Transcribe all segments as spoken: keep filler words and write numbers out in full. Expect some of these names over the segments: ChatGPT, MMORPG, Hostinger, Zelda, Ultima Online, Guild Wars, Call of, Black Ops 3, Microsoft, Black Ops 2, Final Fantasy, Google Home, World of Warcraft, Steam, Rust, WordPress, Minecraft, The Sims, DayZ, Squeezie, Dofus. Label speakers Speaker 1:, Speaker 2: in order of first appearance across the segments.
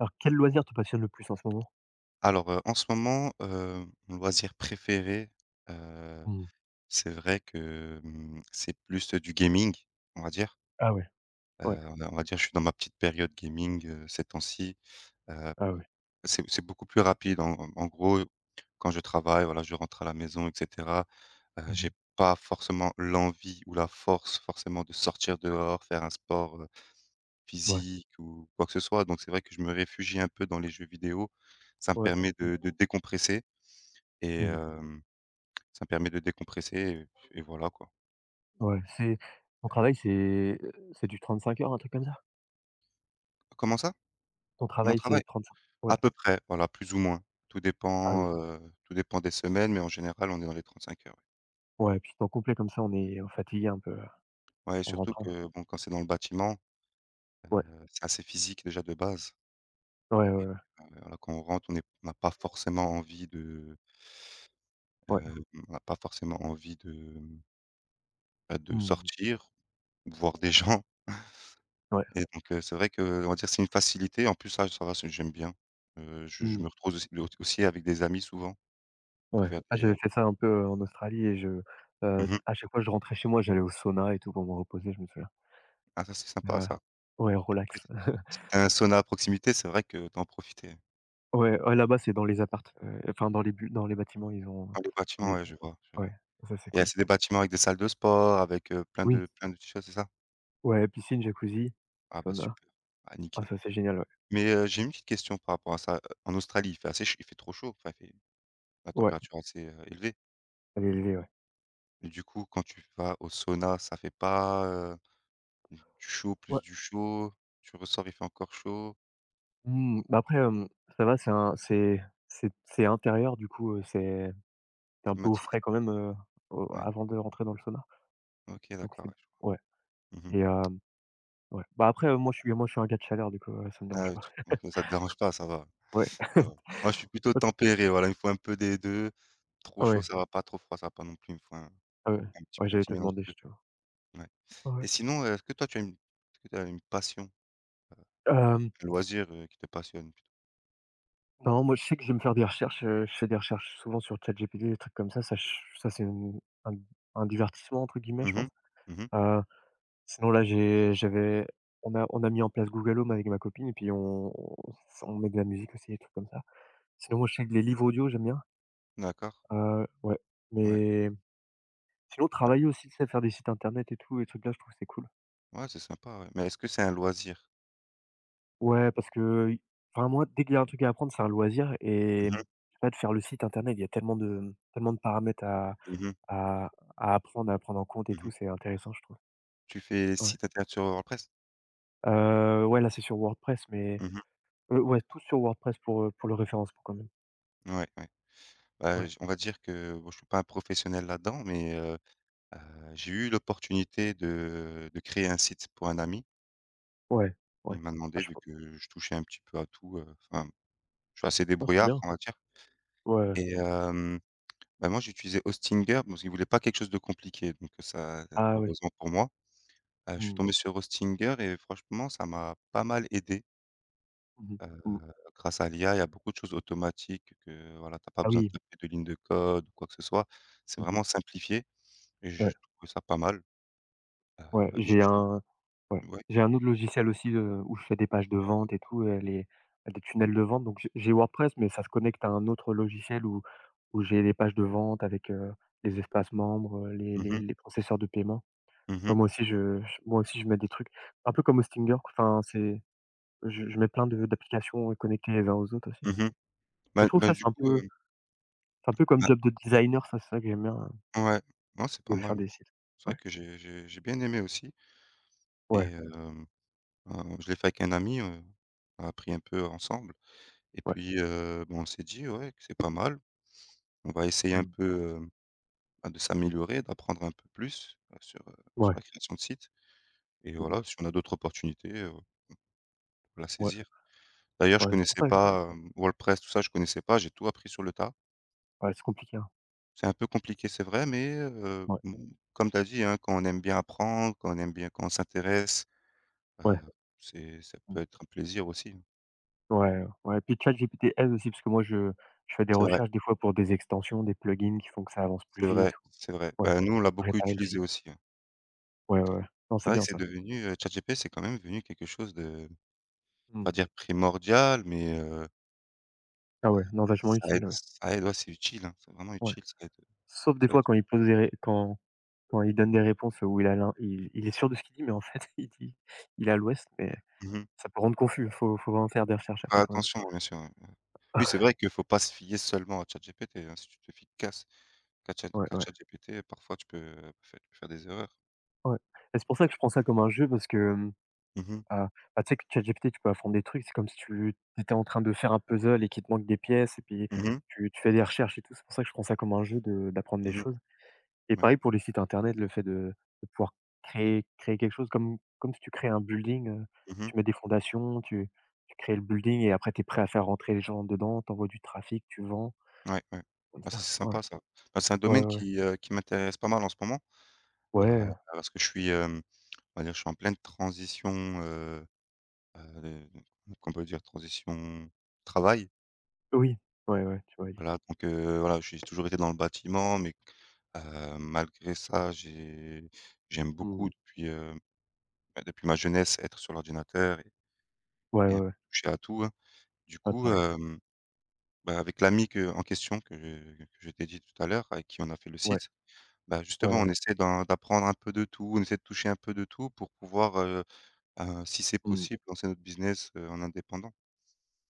Speaker 1: Alors quel loisir te passionne le plus en ce moment?
Speaker 2: Alors, heu, en ce moment, heu, mon loisir préféré, heu,
Speaker 1: Mmh.
Speaker 2: c'est vrai que, mmh, c'est plus, du gaming, on va dire.
Speaker 1: Ah ouais,
Speaker 2: Heu,
Speaker 1: ouais,
Speaker 2: on va on va dire, je suis dans ma petite période gaming, heu, ces temps-ci. Heu,
Speaker 1: ah ouais.
Speaker 2: c'est c'est beaucoup plus rapide. En en gros, quand je travaille, voilà, je rentre à la maison et cetera. Heu,
Speaker 1: Mmh
Speaker 2: j'ai
Speaker 1: mh.
Speaker 2: pas forcément l'envie ou la force forcément de sortir dehors, faire un sport, heu,
Speaker 1: Ouais.
Speaker 2: physique ou quoi que ce soit. Donc c'est vrai que je me réfugie un peu dans les jeux vidéo. Ça me
Speaker 1: Ouais.
Speaker 2: permet
Speaker 1: Mmh.
Speaker 2: de de décompresser et
Speaker 1: Mmh mh.
Speaker 2: hem ça me permet de décompresser et et voilà quoi.
Speaker 1: Ouais, c'est ton travail, c'est, c'est du trente-cinq heures, un truc comme ça?
Speaker 2: Comment ça?
Speaker 1: Ton
Speaker 2: Mon
Speaker 1: travail,
Speaker 2: travail?
Speaker 1: c'est trente-cinq, ouais.
Speaker 2: À peu près, voilà, plus ou moins. Tout
Speaker 1: Ah
Speaker 2: dépend,
Speaker 1: oui.
Speaker 2: heu, tout dépend des semaines, mais en général, on est dans les trente-cinq heures, ouais.
Speaker 1: Ouais, puis temps complet comme ça, on est fatigué un peu
Speaker 2: Ouais,
Speaker 1: en
Speaker 2: surtout
Speaker 1: rentrant.
Speaker 2: que bon, quand c'est dans le bâtiment,
Speaker 1: Ouais,
Speaker 2: heu, c'est assez physique déjà de base
Speaker 1: ouais, ouais,
Speaker 2: et
Speaker 1: ouais,
Speaker 2: heu, voilà, quand on rentre, on est on n'a pas forcément envie de,
Speaker 1: ouais.
Speaker 2: heu, on n'a pas forcément envie de, mmh, bah, de
Speaker 1: Mmh.
Speaker 2: sortir, voir des gens
Speaker 1: Ouais.
Speaker 2: et donc heu, c'est vrai que on va dire c'est une facilité. En plus ça ça va, c'est j'aime bien. Heu, je je me
Speaker 1: Mmh.
Speaker 2: retrouve aussi aussi avec des amis souvent pour
Speaker 1: Ouais.
Speaker 2: faire
Speaker 1: Ah,
Speaker 2: des,
Speaker 1: j'avais fait ça un peu, heu, en Australie et je, heu,
Speaker 2: mmh.
Speaker 1: à chaque fois je rentrais chez moi, j'allais au sauna et tout pour me reposer, je me souviens.
Speaker 2: Ah ça, c'est sympa
Speaker 1: Ouais.
Speaker 2: ça.
Speaker 1: Ouais,
Speaker 2: Puis après
Speaker 1: relax.
Speaker 2: si si tu as un sauna à proximité, c'est vrai que tu en profitais.
Speaker 1: Ouais, ouais, là-bas, c'est dans les appartes, heu, enfin dans les bu dans les bâtiments, ils ont
Speaker 2: Dans les bâtiments,
Speaker 1: des,
Speaker 2: ouais, je vois, je vois
Speaker 1: ouais, ça c'est
Speaker 2: et heu,
Speaker 1: cool.
Speaker 2: c'est des bâtiments avec des salles de sport, avec, heu, plein
Speaker 1: Oui,
Speaker 2: de plein de petites choses, c'est ça?
Speaker 1: ouais, piscine, jacuzzi,
Speaker 2: Ah bah
Speaker 1: sauna.
Speaker 2: super. Ah
Speaker 1: Ah
Speaker 2: nickel.
Speaker 1: ça c'est génial, ouais.
Speaker 2: Mais, heu, j'ai une petite question par rapport à ça. Heu, en Australie, il fait assez ch il fait trop chaud, enfin il fait la
Speaker 1: Ouais,
Speaker 2: température assez, heu, élevée
Speaker 1: elle est élevée, ouais.
Speaker 2: et du coup, quand tu vas au sauna, ça fait pas, heu, du chaud
Speaker 1: Ouais,
Speaker 2: plus du chaud? Tu ressors, il fait encore chaud,
Speaker 1: mmh, bah, après, hem, ça va, c'est un c'est c'est c'est intérieur du coup, heu, c'est tu es un peu au
Speaker 2: climatisé?
Speaker 1: frais quand même, heu, au
Speaker 2: Ouais.
Speaker 1: avant de rentrer dans le sauna,
Speaker 2: OK,
Speaker 1: donc
Speaker 2: d'accord,
Speaker 1: c'est,
Speaker 2: ouais, je
Speaker 1: ouais.
Speaker 2: vois. Mmh mh.
Speaker 1: et hem, ouais. Bah, après, heu, moi je suis moi je suis un gars de chaleur du coup, heu, ça me
Speaker 2: Ah
Speaker 1: dérange
Speaker 2: ouais,
Speaker 1: pas.
Speaker 2: tu OK, ça te dérange pas, ça va.
Speaker 1: Ouais.
Speaker 2: Ça va. Moi, je suis plutôt tempéré, voilà, il me faut un peu des deux. Trop chaud,
Speaker 1: Ouais,
Speaker 2: ça va pas, trop froid, ça va pas non plus, il me faut un
Speaker 1: ouais, ouais,
Speaker 2: un petit
Speaker 1: ouais,
Speaker 2: un
Speaker 1: j'allais
Speaker 2: petit
Speaker 1: te
Speaker 2: mélange
Speaker 1: demander
Speaker 2: des
Speaker 1: justement.
Speaker 2: deux. Ouais.
Speaker 1: Ouais,
Speaker 2: Et sinon, heu, est-ce que toi tu as une est-ce que tu as une passion,
Speaker 1: hem.
Speaker 2: un loisir, heu, qui te passionne?
Speaker 1: Non, moi, je sais que je vais me faire des recherches, heu, je fais des recherches souvent sur ChatGPT, des trucs comme ça, ça ch ça c'est une un un «divertissement» entre guillemets, je
Speaker 2: Mhm, mhm.
Speaker 1: pense. Heu, sinon là, j'ai j'avais on a on a mis en place Google Home avec ma copine et puis on s on met de la musique aussi, des trucs comme ça. Sinon, moi, je sais que les livres audio, j'aime bien.
Speaker 2: D'accord.
Speaker 1: Heu, ouais,
Speaker 2: Ouais.
Speaker 1: mais sinon travailler aussi, tu sais, faire des sites internet et tout, les trucs là, je trouve que c'est cool.
Speaker 2: Ouais, c'est sympa, ouais. Mais est-ce que c'est un loisir?
Speaker 1: Ouais, parce que enfin moi, dès qu'il y a un truc à apprendre, c'est un loisir et
Speaker 2: Mhm,
Speaker 1: je sais pas, de faire le site internet, il y a tellement de tellement de paramètres à.
Speaker 2: mhm, mhm.
Speaker 1: À à apprendre, à prendre en compte et tout, c'est intéressant, je trouve.
Speaker 2: Tu fais
Speaker 1: Ouais.
Speaker 2: site internet sur WordPress?
Speaker 1: Heu, ouais, là, c'est sur WordPress, mais
Speaker 2: Mmh mh.
Speaker 1: heu, ouais, tout sur WordPress pour, heu, pour le référencement quand même.
Speaker 2: Ouais, ouais. Bah,
Speaker 1: Ouais,
Speaker 2: j on va dire que bon, je suis pas un professionnel là-dedans, mais heu heu, j'ai eu l'opportunité de de créer un site pour un ami.
Speaker 1: ouais, ouais.
Speaker 2: Il m'a
Speaker 1: Ah,
Speaker 2: demandé
Speaker 1: je
Speaker 2: vu
Speaker 1: pe
Speaker 2: que je touchais un petit peu à tout, heu, enfin, je suis assez
Speaker 1: non, c'est
Speaker 2: débrouillard,
Speaker 1: bien.
Speaker 2: on va dire
Speaker 1: Ouais, ouais.
Speaker 2: et hem, bah, moi, j'utilisais Hostinger parce qu'il voulait pas quelque chose de compliqué donc heu, ça
Speaker 1: Ah ouais.
Speaker 2: heureusement pour moi, heu, je suis
Speaker 1: Mmh.
Speaker 2: tombé sur Hostinger et franchement, ça m'a pas mal aidé,
Speaker 1: Mmh mh. Mmh.
Speaker 2: heu, grâce à l'I A, il y a beaucoup de choses automatiques que voilà, tu as pas
Speaker 1: Ah
Speaker 2: besoin de
Speaker 1: oui.
Speaker 2: taper de lignes de code ou quoi que ce soit. C'est
Speaker 1: Mmh.
Speaker 2: vraiment simplifié et
Speaker 1: Ouais,
Speaker 2: j'ai trouvé ça pas mal,
Speaker 1: ouais,
Speaker 2: heu et je
Speaker 1: j'ai
Speaker 2: suis
Speaker 1: un ouais,
Speaker 2: ouais.
Speaker 1: j'ai un autre logiciel aussi, heu, où je fais des pages de vente et tout, heu, les des tunnels de vente, donc j'ai j'ai WordPress, mais ça se connecte à un autre logiciel où où j'ai des pages de vente avec, heu, les espaces membres, heu, les
Speaker 2: Mmh
Speaker 1: les
Speaker 2: mh.
Speaker 1: les processeurs de paiement.
Speaker 2: Mmh
Speaker 1: Bah,
Speaker 2: mh.
Speaker 1: moi aussi je je moi aussi je mets des trucs, un peu comme au Stinger, quoi. Enfin c'est je je mets plein de d'applications connectées les uns aux autres aussi.
Speaker 2: Mmh mh.
Speaker 1: Je
Speaker 2: Bah
Speaker 1: trouve que
Speaker 2: bah,
Speaker 1: ça c'est
Speaker 2: du
Speaker 1: un
Speaker 2: coup,
Speaker 1: peu
Speaker 2: heu,
Speaker 1: c'est un peu comme
Speaker 2: bah
Speaker 1: job de designer, ça c'est ça que j'aime bien, hein,
Speaker 2: ouais, non, c'est pas
Speaker 1: de faire
Speaker 2: mal.
Speaker 1: des sites.
Speaker 2: C'est vrai
Speaker 1: Ouais,
Speaker 2: que j'ai j'ai j'ai bien aimé aussi et
Speaker 1: ouais,
Speaker 2: hem, heu, ben, je l'ai fait avec un ami, heu, on a appris un peu ensemble et
Speaker 1: ouais,
Speaker 2: puis, heu, bah, on s'est dit: «Ouais, que c'est pas mal, on va essayer un
Speaker 1: mmh,
Speaker 2: peu, heu, bah, de s'améliorer, d'apprendre un peu plus, heu, sur, heu, sur
Speaker 1: ouais,
Speaker 2: la création de site et
Speaker 1: mmh,
Speaker 2: voilà, si on a d'autres opportunités, heu, faut la
Speaker 1: ouais,
Speaker 2: saisir». D'ailleurs, je
Speaker 1: ouais, c'est pour
Speaker 2: connaissais
Speaker 1: ça que
Speaker 2: pas, hem, WordPress, tout ça, je connaissais pas, j'ai tout appris sur le tas.
Speaker 1: ouais, c'est compliqué, hein.
Speaker 2: C'est un peu compliqué, c'est vrai, mais, heu,
Speaker 1: Ouais,
Speaker 2: bon, comme tu as dit, hein, quand on aime bien apprendre, quand on aime bien quand on s'intéresse, heu,
Speaker 1: ouais,
Speaker 2: c'est ça
Speaker 1: mmh,
Speaker 2: peut être un plaisir aussi, hein.
Speaker 1: ouais, ouais, puis ChatGPT aide aussi parce que moi je je fais des
Speaker 2: C'est vrai,
Speaker 1: recherches des fois pour des extensions, des plugins qui font que ça avance plus
Speaker 2: c'est vrai,
Speaker 1: vite
Speaker 2: c'est vrai.
Speaker 1: ou ouais,
Speaker 2: Bah, nous, on l'a beaucoup
Speaker 1: réparer le
Speaker 2: utilisé
Speaker 1: site.
Speaker 2: aussi, hein.
Speaker 1: Ouais, ouais, ouais. Non,
Speaker 2: C'est
Speaker 1: c'est
Speaker 2: vrai que
Speaker 1: bien
Speaker 2: c'est
Speaker 1: ça.
Speaker 2: devenu, heu, ChatGPT, c'est quand même devenu quelque chose de, pas
Speaker 1: Mmh.
Speaker 2: dire primordial, mais heu,
Speaker 1: Ah ouais, non vachement
Speaker 2: ça aide
Speaker 1: utile, ouais.
Speaker 2: ça aide, ouais, c'est utile, hein, c'est vraiment
Speaker 1: Ouais.
Speaker 2: utile, ça aide, heu,
Speaker 1: Sauf des
Speaker 2: ça
Speaker 1: fois
Speaker 2: aide.
Speaker 1: quand il pose des ré quand quand il donne des réponses où il a l'in il il est sûr de ce qu'il dit, mais en fait, il dit il est à l'ouest, mais
Speaker 2: Mmh mh.
Speaker 1: ça peut rendre confus. Faut faut vraiment faire des
Speaker 2: Faut
Speaker 1: recherches
Speaker 2: faire
Speaker 1: après quand même.
Speaker 2: attention, ouais, bien sûr, ouais, ouais. Oui, c'est vrai que faut pas se fier seulement à ChatGPT, hein. Si tu te fies casse qu'à Chat
Speaker 1: Ouais,
Speaker 2: qu'à
Speaker 1: ouais,
Speaker 2: ChatGPT, heu, parfois tu peux, heu, faire tu peux faire des erreurs.
Speaker 1: ouais. Et c'est pour ça que je prends ça comme un jeu parce que, hem,
Speaker 2: Mmh mh.
Speaker 1: ah, bah, tu sais que ChatGPT, tu peux apprendre des trucs. C'est comme si tu étais en train de faire un puzzle et qu'il te manque des pièces et puis
Speaker 2: Mmh mh.
Speaker 1: tu tu fais des recherches et tout. C'est pour ça que je prends ça comme un jeu de d'apprendre des
Speaker 2: Mmh mh.
Speaker 1: choses. Et
Speaker 2: Ouais.
Speaker 1: pareil pour les sites internet, le fait de de pouvoir créer créer quelque chose comme comme si tu crées un building, heu,
Speaker 2: Mmh mh.
Speaker 1: tu mets des fondations, tu tu crées le building et après tu es prêt à faire rentrer les gens dedans, tu envoies du trafic, tu vends
Speaker 2: Ouais, ouais.
Speaker 1: comme
Speaker 2: Ah, ça, c'est
Speaker 1: ça. Ouais,
Speaker 2: sympa ça. Bah, c'est un
Speaker 1: ouais, ouais,
Speaker 2: domaine
Speaker 1: ouais,
Speaker 2: qui, heu, qui m'intéresse pas mal en ce moment, heu,
Speaker 1: ouais,
Speaker 2: parce que je suis, hem on va dire, je suis en pleine transition, heu heu, qu'on peut dire transition travail.
Speaker 1: oui, ouais, ouais, tu m'avais dit.
Speaker 2: Voilà, donc heu, voilà, j'ai toujours été dans le bâtiment, mais heu, malgré ça, j'ai j'aime
Speaker 1: Mmh.
Speaker 2: beaucoup depuis, heu, bah, depuis ma jeunesse être sur l'ordinateur et
Speaker 1: Ouais, ouais,
Speaker 2: et un peu
Speaker 1: ouais,
Speaker 2: toucher à tout, hein. Du
Speaker 1: ouais,
Speaker 2: coup,
Speaker 1: pareil.
Speaker 2: hem, bah, avec l'ami que en question que je, que je t'ai dit tout à l'heure, avec qui on a fait le
Speaker 1: Ouais,
Speaker 2: site, bah,
Speaker 1: ouais,
Speaker 2: justement,
Speaker 1: ouais.
Speaker 2: on essaie d'en d'apprendre un peu de tout, on essaie de toucher un peu de tout pour pouvoir, heu heu, si c'est
Speaker 1: Mmh.
Speaker 2: possible, lancer notre business, heu, en indépendant.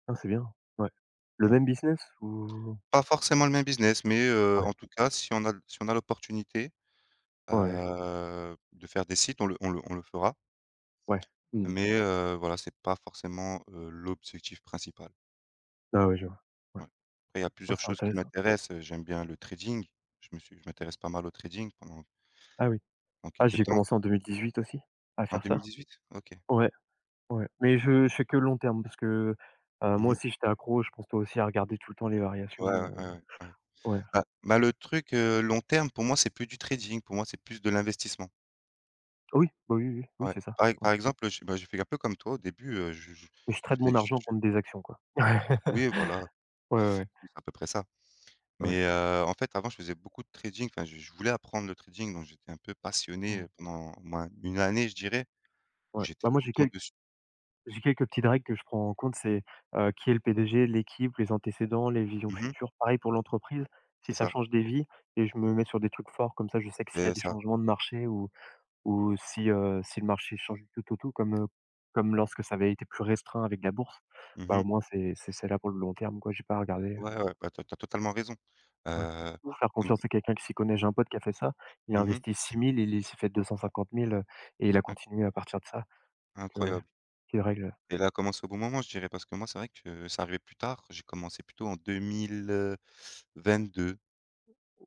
Speaker 1: Ah, c'est bien, ouais. Le
Speaker 2: Mmh.
Speaker 1: même business ou
Speaker 2: Pas forcément le même business, mais heu,
Speaker 1: ouais,
Speaker 2: en tout cas, si on a l si on a l'opportunité,
Speaker 1: ouais,
Speaker 2: heu, de faire des sites, on le on le on le fera,
Speaker 1: ouais. Mmh.
Speaker 2: mais heu, voilà, c'est pas forcément, heu, l'objectif principal,
Speaker 1: Ah ouais, je vois. Ouais.
Speaker 2: ouais. Après, il y a
Speaker 1: Oh,
Speaker 2: plusieurs
Speaker 1: c'est
Speaker 2: choses qui
Speaker 1: intéressant.
Speaker 2: m'intéressent, heu, j'aime bien le trading, je me suis je m'intéresse pas mal au trading pendant
Speaker 1: Ah oui.
Speaker 2: pendant
Speaker 1: Ah,
Speaker 2: quelque
Speaker 1: j'ai
Speaker 2: temps.
Speaker 1: commencé en deux mille dix-huit aussi à
Speaker 2: En
Speaker 1: faire ça.
Speaker 2: deux mille dix-huit? OK.
Speaker 1: Ouais. Ouais, mais je je fais que le long terme parce que, heu,
Speaker 2: Mmh
Speaker 1: moi
Speaker 2: mh.
Speaker 1: aussi j'étais accro, je pense toi aussi à regarder tout le temps les variations,
Speaker 2: Ouais, ouais,
Speaker 1: heu,
Speaker 2: ouais, ouais, ouais.
Speaker 1: ouais.
Speaker 2: Bah bah, le truc, heu, long terme, pour moi, c'est plus du trading, pour moi, c'est plus de l'investissement.
Speaker 1: Ah oui, bah, oui, oui, oui, oui,
Speaker 2: Ouais.
Speaker 1: c'est ça,
Speaker 2: Par ex
Speaker 1: ouais.
Speaker 2: par exemple, heu, je bah, j'ai fait un peu comme toi au début, heu, je je
Speaker 1: Mais je
Speaker 2: je
Speaker 1: trade
Speaker 2: faisais
Speaker 1: mon
Speaker 2: je
Speaker 1: argent
Speaker 2: je
Speaker 1: contre des actions, quoi.
Speaker 2: oui, voilà.
Speaker 1: Ouais, ouais,
Speaker 2: Oui, c'est à peu près ça.
Speaker 1: ouais, ouais.
Speaker 2: Mais heu, en fait, avant, je faisais beaucoup de trading. Enfin, je je voulais apprendre le trading, donc j'étais un peu passionné,
Speaker 1: Mmh,
Speaker 2: pendant au moins une année, je dirais, où
Speaker 1: ouais.
Speaker 2: j'étais
Speaker 1: Bah, moi
Speaker 2: tout le
Speaker 1: j'ai
Speaker 2: temps
Speaker 1: quelques
Speaker 2: dessus.
Speaker 1: j'ai quelques petites règles que je prends en compte, c'est, heu, qui est le P D G, l'équipe, les antécédents, les visions
Speaker 2: Mmh,
Speaker 1: futures. Pareil pour l'entreprise, si
Speaker 2: c'est
Speaker 1: ça
Speaker 2: ça,
Speaker 1: change des vies et je me mets sur des trucs forts comme ça, je sais que s'il y a
Speaker 2: c'est
Speaker 1: des
Speaker 2: ça.
Speaker 1: changements de marché ou ou si, heu, si le marché change du tout au tout comme, heu, comme lorsque ça avait été plus restreint avec la bourse, bah, au
Speaker 2: Mmh.
Speaker 1: moins c'est c'est c'est là pour le long terme quoi, j'ai pas regardé regarder,
Speaker 2: Ouais, ouais, bah, tu as totalement raison.
Speaker 1: ouais.
Speaker 2: Heu,
Speaker 1: Ou faire
Speaker 2: comme
Speaker 1: confiance à quelqu'un qui s'y connaît. J'ai un pote qui a fait ça, il a
Speaker 2: mmh mh,
Speaker 1: investi six mille, il s'est fait deux cent cinquante mille, heu, et il a continué à partir de ça. Donc, heu, ouais,
Speaker 2: incroyable
Speaker 1: qu'il règle.
Speaker 2: et là commence au bon moment, je dirais, parce que moi, c'est vrai que ça arrivait plus tard. J'ai commencé plutôt en deux mille, heu, vingt-deux vingt et un.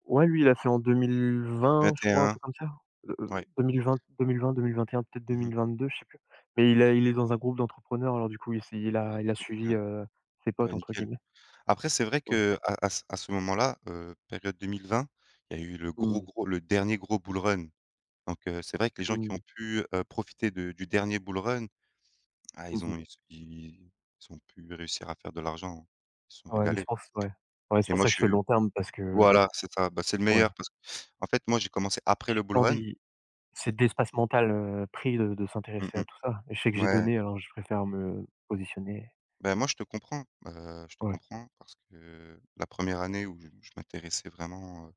Speaker 1: Ouais, lui il a fait en deux mille vingt je crois, un truc comme ça, deux
Speaker 2: Ouais.
Speaker 1: deux mille mille vingt deux mille vingt deux mille vingt et un, peut-être deux
Speaker 2: Mmh.
Speaker 1: mille vingt deux je sais plus. Mais il a il est dans un groupe d'entrepreneurs alors du coup il s'est il a il a suivi, heu, «ses
Speaker 2: Ah bah,
Speaker 1: potes» entre
Speaker 2: nickel.
Speaker 1: guillemets.
Speaker 2: Après, c'est vrai
Speaker 1: Ouais.
Speaker 2: que à à ce à ce moment-là, heu, période deux mille vingt, il y a eu le gros,
Speaker 1: Mmh.
Speaker 2: gros le dernier gros bull run. Donc heu, c'est vrai que les gens qui
Speaker 1: Mmh.
Speaker 2: ont pu, heu, profiter de du dernier bull run, ah ils
Speaker 1: Mmh.
Speaker 2: ont ils ils ils ont pu réussir à faire de l'argent, hein. Ils se sont
Speaker 1: Ouais, mais je
Speaker 2: régalés.
Speaker 1: pense, ouais. Ouais, c'est
Speaker 2: Et
Speaker 1: pour
Speaker 2: moi,
Speaker 1: ça
Speaker 2: je
Speaker 1: que je fais le
Speaker 2: suis
Speaker 1: long terme parce que le
Speaker 2: voilà, c'est ça, bah, c'est le
Speaker 1: ouais, j'ai
Speaker 2: meilleur parce que en fait, moi, j'ai commencé après le bull
Speaker 1: pas
Speaker 2: run.
Speaker 1: envie, c'est d'espace mental, heu, pris de de
Speaker 2: Mmh
Speaker 1: s'intéresser à
Speaker 2: mh.
Speaker 1: tout ça et je sais que j'ai
Speaker 2: Ouais.
Speaker 1: donné alors je préfère me positionner,
Speaker 2: Ben moi, je te comprends, heu, je te
Speaker 1: ouais.
Speaker 2: comprends parce que la première année où je je m'intéressais vraiment, euh,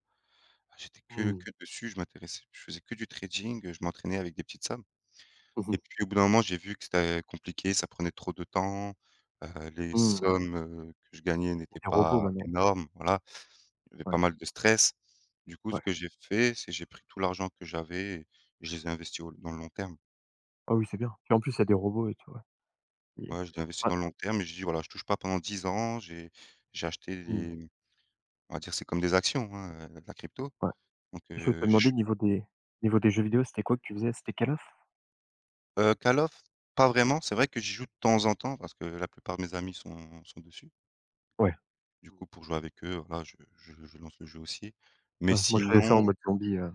Speaker 2: ah j'étais que
Speaker 1: Mmh.
Speaker 2: que dessus, je m'intéressais je faisais que du trading, heu, je m'entraînais avec des petites sommes
Speaker 1: Mmh
Speaker 2: et
Speaker 1: mh.
Speaker 2: puis au bout d'un moment, j'ai vu que c'était compliqué, ça prenait trop de temps, heu, les
Speaker 1: Mmh.
Speaker 2: sommes, heu, que je gagnais
Speaker 1: Il y
Speaker 2: n'étaient
Speaker 1: a des robots
Speaker 2: pas
Speaker 1: maintenant.
Speaker 2: énormes, voilà. Il y avait pas
Speaker 1: Ouais,
Speaker 2: mal de stress. Du coup, ce
Speaker 1: ouais.
Speaker 2: que j'ai fait, c'est j'ai pris tout l'argent que j'avais et je les ai investis au dans le long terme.
Speaker 1: Ah oui, c'est bien. Puis en plus, il y a des robots et tout, ouais. Et
Speaker 2: Ouais, je l'ai investi
Speaker 1: ouais.
Speaker 2: dans le long terme et j'ai dit: «Voilà, je touche pas pendant dix ans». J'ai j'ai acheté
Speaker 1: Mmh.
Speaker 2: des on va dire, c'est comme des actions, hein, heu, la crypto
Speaker 1: Ouais.
Speaker 2: donc
Speaker 1: Je voulais te
Speaker 2: heu, j'ai
Speaker 1: demander niveau des niveau des jeux vidéo, c'était quoi que tu faisais? C'était Call of?
Speaker 2: Heu, Call of, pas vraiment. C'est vrai que j'y joue de temps en temps parce que la plupart de mes amis sont sont dessus.
Speaker 1: Ouais.
Speaker 2: Du
Speaker 1: Mmh.
Speaker 2: coup, pour jouer avec eux, voilà, je je je lance le jeu aussi. Mais
Speaker 1: Ouais, moi je
Speaker 2: sinon
Speaker 1: faisais ça en mode zombie, heu,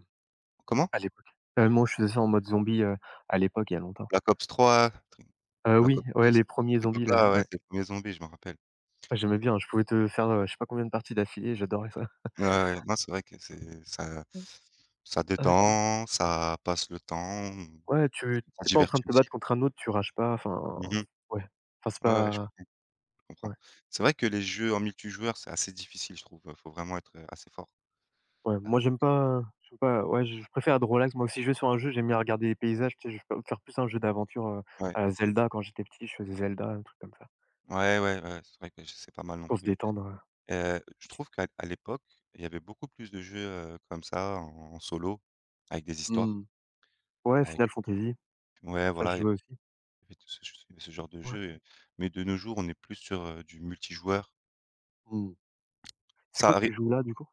Speaker 2: comment?
Speaker 1: à l'époque. Heu, moi je faisais ça en mode zombie, heu, à l'époque, il y a longtemps.
Speaker 2: Black Ops trois,
Speaker 1: Heu,
Speaker 2: Black
Speaker 1: oui,
Speaker 2: Ops deux,
Speaker 1: ouais,
Speaker 2: cette
Speaker 1: les premiers zombies là,
Speaker 2: époque-là, ouais,
Speaker 1: ouais.
Speaker 2: c'est les premiers zombies, je me rappelle.
Speaker 1: Ah, j'aimais bien, je pouvais te faire, heu, je sais pas combien de parties d'affilée, j'adorais ça.
Speaker 2: Ouais, ouais, non, c'est vrai que c'est ça,
Speaker 1: Mmh.
Speaker 2: ça
Speaker 1: Ouais,
Speaker 2: détend, ça passe le temps,
Speaker 1: ouais, tu
Speaker 2: ça
Speaker 1: tu es pas en train
Speaker 2: divertit
Speaker 1: de te
Speaker 2: aussi.
Speaker 1: battre contre un autre, tu rages pas, enfin,
Speaker 2: Mmh.
Speaker 1: ouais, enfin, c'est
Speaker 2: Ouais, ouais, je
Speaker 1: pas
Speaker 2: comprends, je comprends.
Speaker 1: ouais,
Speaker 2: C'est vrai que les jeux en multijoueur, c'est assez difficile, je trouve, heu, faut vraiment être, heu, assez fort.
Speaker 1: ouais,
Speaker 2: Ah,
Speaker 1: moi, j'aime pas j'aime pas ouais, je préfère être relax. Moi, si je vais sur un jeu, j'aime bien regarder les paysages, tu sais? Je vais faire plus un jeu d'aventure, heu,
Speaker 2: ouais.
Speaker 1: à la Zelda. Quand j'étais petit, je faisais Zelda, un truc comme ça,
Speaker 2: Ouais, ouais, ouais, c'est vrai que c'est pas mal non
Speaker 1: pour se
Speaker 2: plus, hein.
Speaker 1: détendre, heu.
Speaker 2: Heu. Je trouve qu'à à l'époque, il y avait beaucoup plus de jeux, heu, comme ça en en solo, avec des histoires,
Speaker 1: Mmh. Ouais,
Speaker 2: avec
Speaker 1: Final Fantasy,
Speaker 2: ouais,
Speaker 1: ça, je
Speaker 2: voilà, il y avait
Speaker 1: jouais aussi.
Speaker 2: il ce ce genre de
Speaker 1: Ouais.
Speaker 2: jeu, mais de nos jours, on est plus sur, heu, du multijoueur.
Speaker 1: Mmh. C'est
Speaker 2: Ça
Speaker 1: quoi que
Speaker 2: arri
Speaker 1: tu joues là, du coup?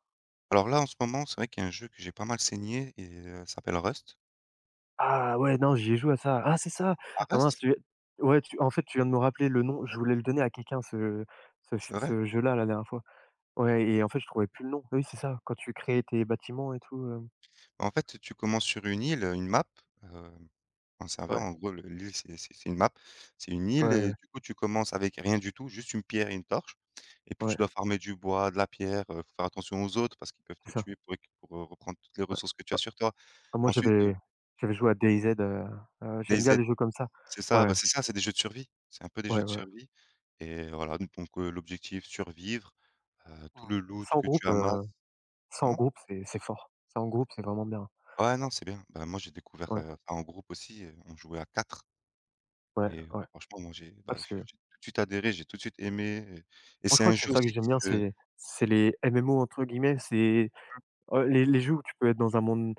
Speaker 2: Alors là, en ce moment, c'est vrai qu'il y a un jeu que j'ai pas mal saigné et heu, ça s'appelle Rust.
Speaker 1: Ah ouais, non, j'y ai joué à ça. Ah, c'est ça!
Speaker 2: Ah
Speaker 1: Ah mince,
Speaker 2: Rust?
Speaker 1: tu ouais, tu en fait, tu viens de me rappeler le nom. Je voulais le donner à quelqu'un ce ce ch
Speaker 2: C'est vrai?
Speaker 1: ce jeu-là, la dernière fois. Ouais et en fait, je trouvais plus le nom. Oui, c'est ça, quand tu crées tes bâtiments et tout, hem,
Speaker 2: En fait, tu commences sur une île, une map, heu, un serveur,
Speaker 1: ouais,
Speaker 2: en gros le l'île c'est c'est c'est une map, c'est une
Speaker 1: ouais,
Speaker 2: île et
Speaker 1: ouais,
Speaker 2: du coup tu commences avec rien du tout, juste une pierre et une torche et puis
Speaker 1: ouais,
Speaker 2: tu
Speaker 1: ouais,
Speaker 2: dois farmer du bois, de la pierre, heu, faut faire attention aux autres parce qu'ils peuvent te
Speaker 1: c'est ça,
Speaker 2: tuer pour récu pour, heu, reprendre toutes les
Speaker 1: ouais.
Speaker 2: ressources que tu as
Speaker 1: Ah
Speaker 2: sur toi.
Speaker 1: ah moi,
Speaker 2: Ensuite, heu,
Speaker 1: j'avais j'avais joué à DayZ, heu heu, j'aime
Speaker 2: des
Speaker 1: bien
Speaker 2: aides
Speaker 1: les jeux comme ça.
Speaker 2: c'est ça,
Speaker 1: Ouais,
Speaker 2: bah, c'est ça, c'est des jeux de survie, c'est un peu des
Speaker 1: ouais,
Speaker 2: jeux de
Speaker 1: ouais.
Speaker 2: survie et voilà. Donc heu, l'objectif, survivre, heu, tout
Speaker 1: Mmh.
Speaker 2: le loot
Speaker 1: Ça en
Speaker 2: que
Speaker 1: groupe,
Speaker 2: tu
Speaker 1: heu,
Speaker 2: amasses.
Speaker 1: ça en
Speaker 2: Comment?
Speaker 1: groupe, c'est c'est fort. Ça en groupe, c'est vraiment bien.
Speaker 2: Ouais, non, c'est bien. Bah, moi j'ai découvert,
Speaker 1: Ouais,
Speaker 2: heu, ça en groupe aussi, heu, on jouait à quatre.
Speaker 1: ouais,
Speaker 2: Et
Speaker 1: ouais. Ah
Speaker 2: franchement, moi, j'ai bah,
Speaker 1: parce
Speaker 2: j'ai
Speaker 1: que
Speaker 2: j'ai tout de suite adhéré, j'ai tout de suite aimé et et
Speaker 1: moi, je
Speaker 2: c'est
Speaker 1: crois
Speaker 2: un
Speaker 1: que c'est
Speaker 2: jeu
Speaker 1: ça que
Speaker 2: aussi qui
Speaker 1: j'aime bien,
Speaker 2: se...
Speaker 1: c'est c'est les M M O entre guillemets, c'est. Heu, les les jeux où tu peux être dans un monde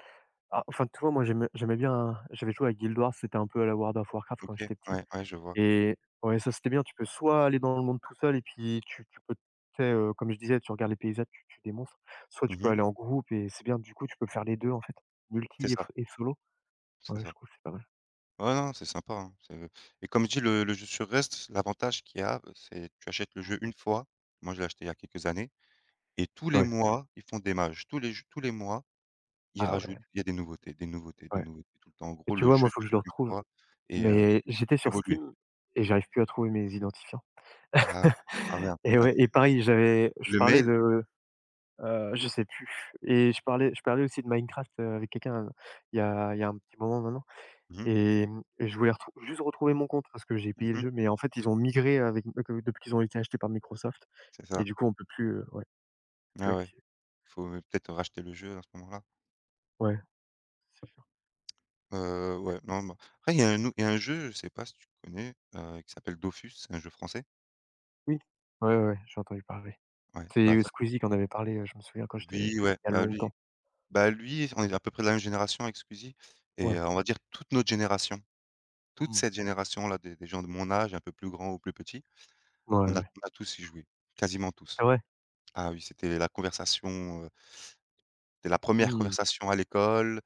Speaker 1: ah, enfin, tu vois, moi, j'aimais j'aimais bien j'avais joué à Guild Wars, c'était un peu à la World of Warcraft quand
Speaker 2: OK,
Speaker 1: j'étais petit
Speaker 2: ouais, ouais, je vois.
Speaker 1: et ouais, ça, c'était bien. Tu peux soit aller dans le monde tout seul et puis tu tu peux, tu sais, heu, comme je disais, tu regardes les paysages, tu tues des monstres, soit tu peux
Speaker 2: Mmh.
Speaker 1: aller en groupe et c'est bien, du coup, tu peux faire les deux en fait,
Speaker 2: C'est
Speaker 1: multi et
Speaker 2: ça,
Speaker 1: f et solo.
Speaker 2: c'est
Speaker 1: Ouais, je
Speaker 2: ça.
Speaker 1: trouve que c'est pas mal.
Speaker 2: Ouais, non, c'est sympa, hein, c'est... et comme je dis, le le jeu sur reste, l'avantage qu'il y a, c'est tu achètes le jeu
Speaker 1: Mmh.
Speaker 2: une fois. Moi, je l'ai acheté il y a quelques années et tous les
Speaker 1: Ouais.
Speaker 2: mois, ils font des mages. Tous les j tous les mois, ils
Speaker 1: Ah
Speaker 2: rajoutent,
Speaker 1: ouais,
Speaker 2: il y a des nouveautés, des nouveautés, des
Speaker 1: ouais
Speaker 2: nouveautés tout le temps. En
Speaker 1: et
Speaker 2: gros,
Speaker 1: tu
Speaker 2: le
Speaker 1: vois, moi,
Speaker 2: jeu,
Speaker 1: il
Speaker 2: tu
Speaker 1: faut que je
Speaker 2: l'achètes
Speaker 1: le
Speaker 2: une
Speaker 1: retrouve,
Speaker 2: fois et heu, il
Speaker 1: mais
Speaker 2: ne fait
Speaker 1: j'étais sur
Speaker 2: qu'évoluer.
Speaker 1: Steam et j'arrive plus à trouver mes identifiants.
Speaker 2: Ah, ah merde, ça
Speaker 1: Et
Speaker 2: c'est un
Speaker 1: ouais
Speaker 2: peu...
Speaker 1: et pareil, j'avais je
Speaker 2: Le
Speaker 1: parlais
Speaker 2: mail?
Speaker 1: de Heu, je sais plus et je parlais je parlais aussi de Minecraft, heu, avec quelqu'un, euh, il y a, il y a un petit moment maintenant
Speaker 2: Mmh mh,
Speaker 1: et mmh et je voulais retrou juste retrouver mon compte parce que j'ai payé le
Speaker 2: mmh,
Speaker 1: jeu, mais en fait, ils ont migré avec, euh, que depuis qu'ils ont été achetés par Microsoft
Speaker 2: c'est ça.
Speaker 1: et du coup, on peut plus, heu, ouais, plus
Speaker 2: Ah ouais.
Speaker 1: activer.
Speaker 2: Faut, peut-être racheter le jeu à ce moment-là.
Speaker 1: Ouais, c'est sûr.
Speaker 2: Heu, ouais, non, bah, après il y a un au il y a un jeu, je sais pas si tu connais, heu, qui s'appelle Dofus, c'est un jeu français.
Speaker 1: Oui. Ouais, ouais, ouais, j'ai entendu parler.
Speaker 2: Ouais,
Speaker 1: C'est,
Speaker 2: bah,
Speaker 1: euh,
Speaker 2: ça
Speaker 1: Squeezie qui en avait parlé, heu, je me souviens quand j'étais, il
Speaker 2: oui, ouais,
Speaker 1: y a
Speaker 2: bah, lui
Speaker 1: longtemps.
Speaker 2: bah, lui, on est à peu près de la même génération avec Squeezie et
Speaker 1: Ouais.
Speaker 2: heu, on va dire toute notre génération, toute
Speaker 1: Mmh.
Speaker 2: cette génération-là des des gens de mon âge, un peu plus grands ou plus petits,
Speaker 1: Ouais,
Speaker 2: on a
Speaker 1: ouais.
Speaker 2: on a tous y joué, quasiment tous.
Speaker 1: Ah ouais?
Speaker 2: Ah oui, c'était la conversation. C'était la première
Speaker 1: Mmh.
Speaker 2: conversation à l'école,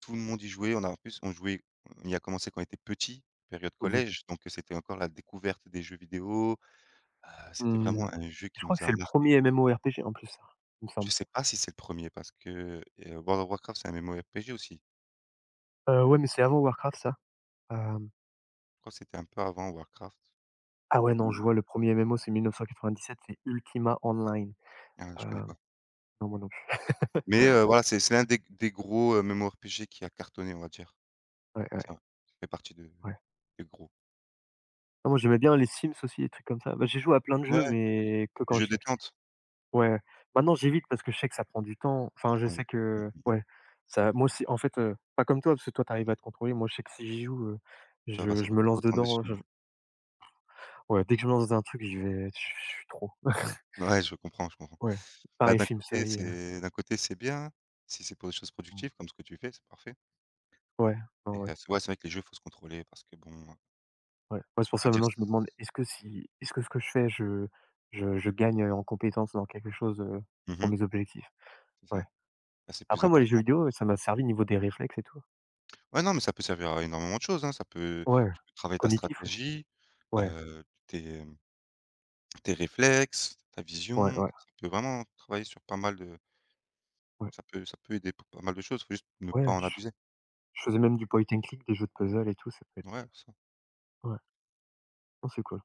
Speaker 2: tout le monde y jouait, on a en plus on jouait on y a commencé quand on était petit, période
Speaker 1: Mmh mh.
Speaker 2: collège, donc c'était encore la découverte des jeux vidéo, heu, c'était
Speaker 1: Mmh.
Speaker 2: vraiment un jeu
Speaker 1: Je
Speaker 2: qui
Speaker 1: crois
Speaker 2: nous
Speaker 1: que
Speaker 2: a
Speaker 1: c'est le
Speaker 2: marqué.
Speaker 1: premier er MMORPG en plus ça, il me
Speaker 2: Je
Speaker 1: semble.
Speaker 2: sais pas si c'est le premier parce que, heu, World of Warcraft, c'est un M M O R P G aussi.
Speaker 1: Heu, ouais, mais c'est avant Warcraft ça, hem.
Speaker 2: Je crois que c'était un peu avant Warcraft.
Speaker 1: Ah ouais, non, je
Speaker 2: Oui.
Speaker 1: vois le premier M M O, c'est mille neuf cent quatre-vingt-dix-sept, c'est Ultima Online.
Speaker 2: Ah, je connais
Speaker 1: Heu,
Speaker 2: pas.
Speaker 1: non, moi non plus.
Speaker 2: Mais heu, voilà, c'est c'est l'un des des gros, heu, M M O R P G qui a cartonné, on va dire.
Speaker 1: Ouais, ouais,
Speaker 2: Ça fait partie de
Speaker 1: ouais.
Speaker 2: des gros.
Speaker 1: Non, moi j'aimais bien les Sims aussi, des trucs comme ça. Bah, j'ai joué à plein de
Speaker 2: Ouais,
Speaker 1: jeux, mais que quand
Speaker 2: jeu
Speaker 1: j'étais petit.
Speaker 2: détente,
Speaker 1: Ouais. Maintenant, j'évite parce que je sais que ça prend du temps. Enfin, je
Speaker 2: ça
Speaker 1: sais que
Speaker 2: mmh.
Speaker 1: ouais, ça moi aussi en fait, heu, pas comme toi, parce que toi, t'arrives à te contrôler. Moi, je sais que si j'y joue, heu,
Speaker 2: Tu vas
Speaker 1: je
Speaker 2: passer
Speaker 1: je me
Speaker 2: beaucoup trop
Speaker 1: lance
Speaker 2: de temps
Speaker 1: dedans,
Speaker 2: dessus.
Speaker 1: je ouais, dès que je me lance dans un truc, je vais je je suis trop.
Speaker 2: Ouais, je comprends, je comprends.
Speaker 1: Ouais.
Speaker 2: Bah,
Speaker 1: Pareil
Speaker 2: d'un
Speaker 1: film,
Speaker 2: côté,
Speaker 1: série, heu,
Speaker 2: c'est d'un côté, c'est bien, si c'est pour des choses
Speaker 1: mmh.
Speaker 2: productives comme ce que tu fais, c'est parfait
Speaker 1: Ouais, ouais,
Speaker 2: et
Speaker 1: ouais.
Speaker 2: heu, c'est ouais, c'est vrai que les jeux, faut se contrôler parce que bon, heu,
Speaker 1: Ouais, ouais, c'est
Speaker 2: je vais
Speaker 1: pour
Speaker 2: pas
Speaker 1: ça
Speaker 2: dire
Speaker 1: maintenant je me demande
Speaker 2: s...
Speaker 1: est-ce que si est-ce que ce que je fais je je je gagne, heu, en compétences dans quelque chose, heu, pour
Speaker 2: mmh,
Speaker 1: mes objectifs?
Speaker 2: c'est
Speaker 1: Ouais.
Speaker 2: ça. Bah, c'est plus
Speaker 1: Après moi les
Speaker 2: important.
Speaker 1: jeux vidéo, ça m'a servi au niveau des réflexes et tout.
Speaker 2: Ouais, non, mais ça peut servir à énormément de choses, hein, ça peut
Speaker 1: Ouais,
Speaker 2: tu peux travailler ta
Speaker 1: cognitif aussi.
Speaker 2: stratégie,
Speaker 1: Ouais,
Speaker 2: heu, tes, mmh, tes réflexes, ta
Speaker 1: ouais,
Speaker 2: vision,
Speaker 1: ouais,
Speaker 2: ça peut vraiment travailler sur pas mal de...
Speaker 1: ouais,
Speaker 2: ça peut ça peut aider pour pas mal de choses, faut juste ne pas
Speaker 1: ouais,
Speaker 2: en
Speaker 1: je
Speaker 2: abuser.
Speaker 1: je faisais même du point and click, des jeux de puzzle et tout, ça peut être
Speaker 2: Ouais,
Speaker 1: ouais, non c'est cool.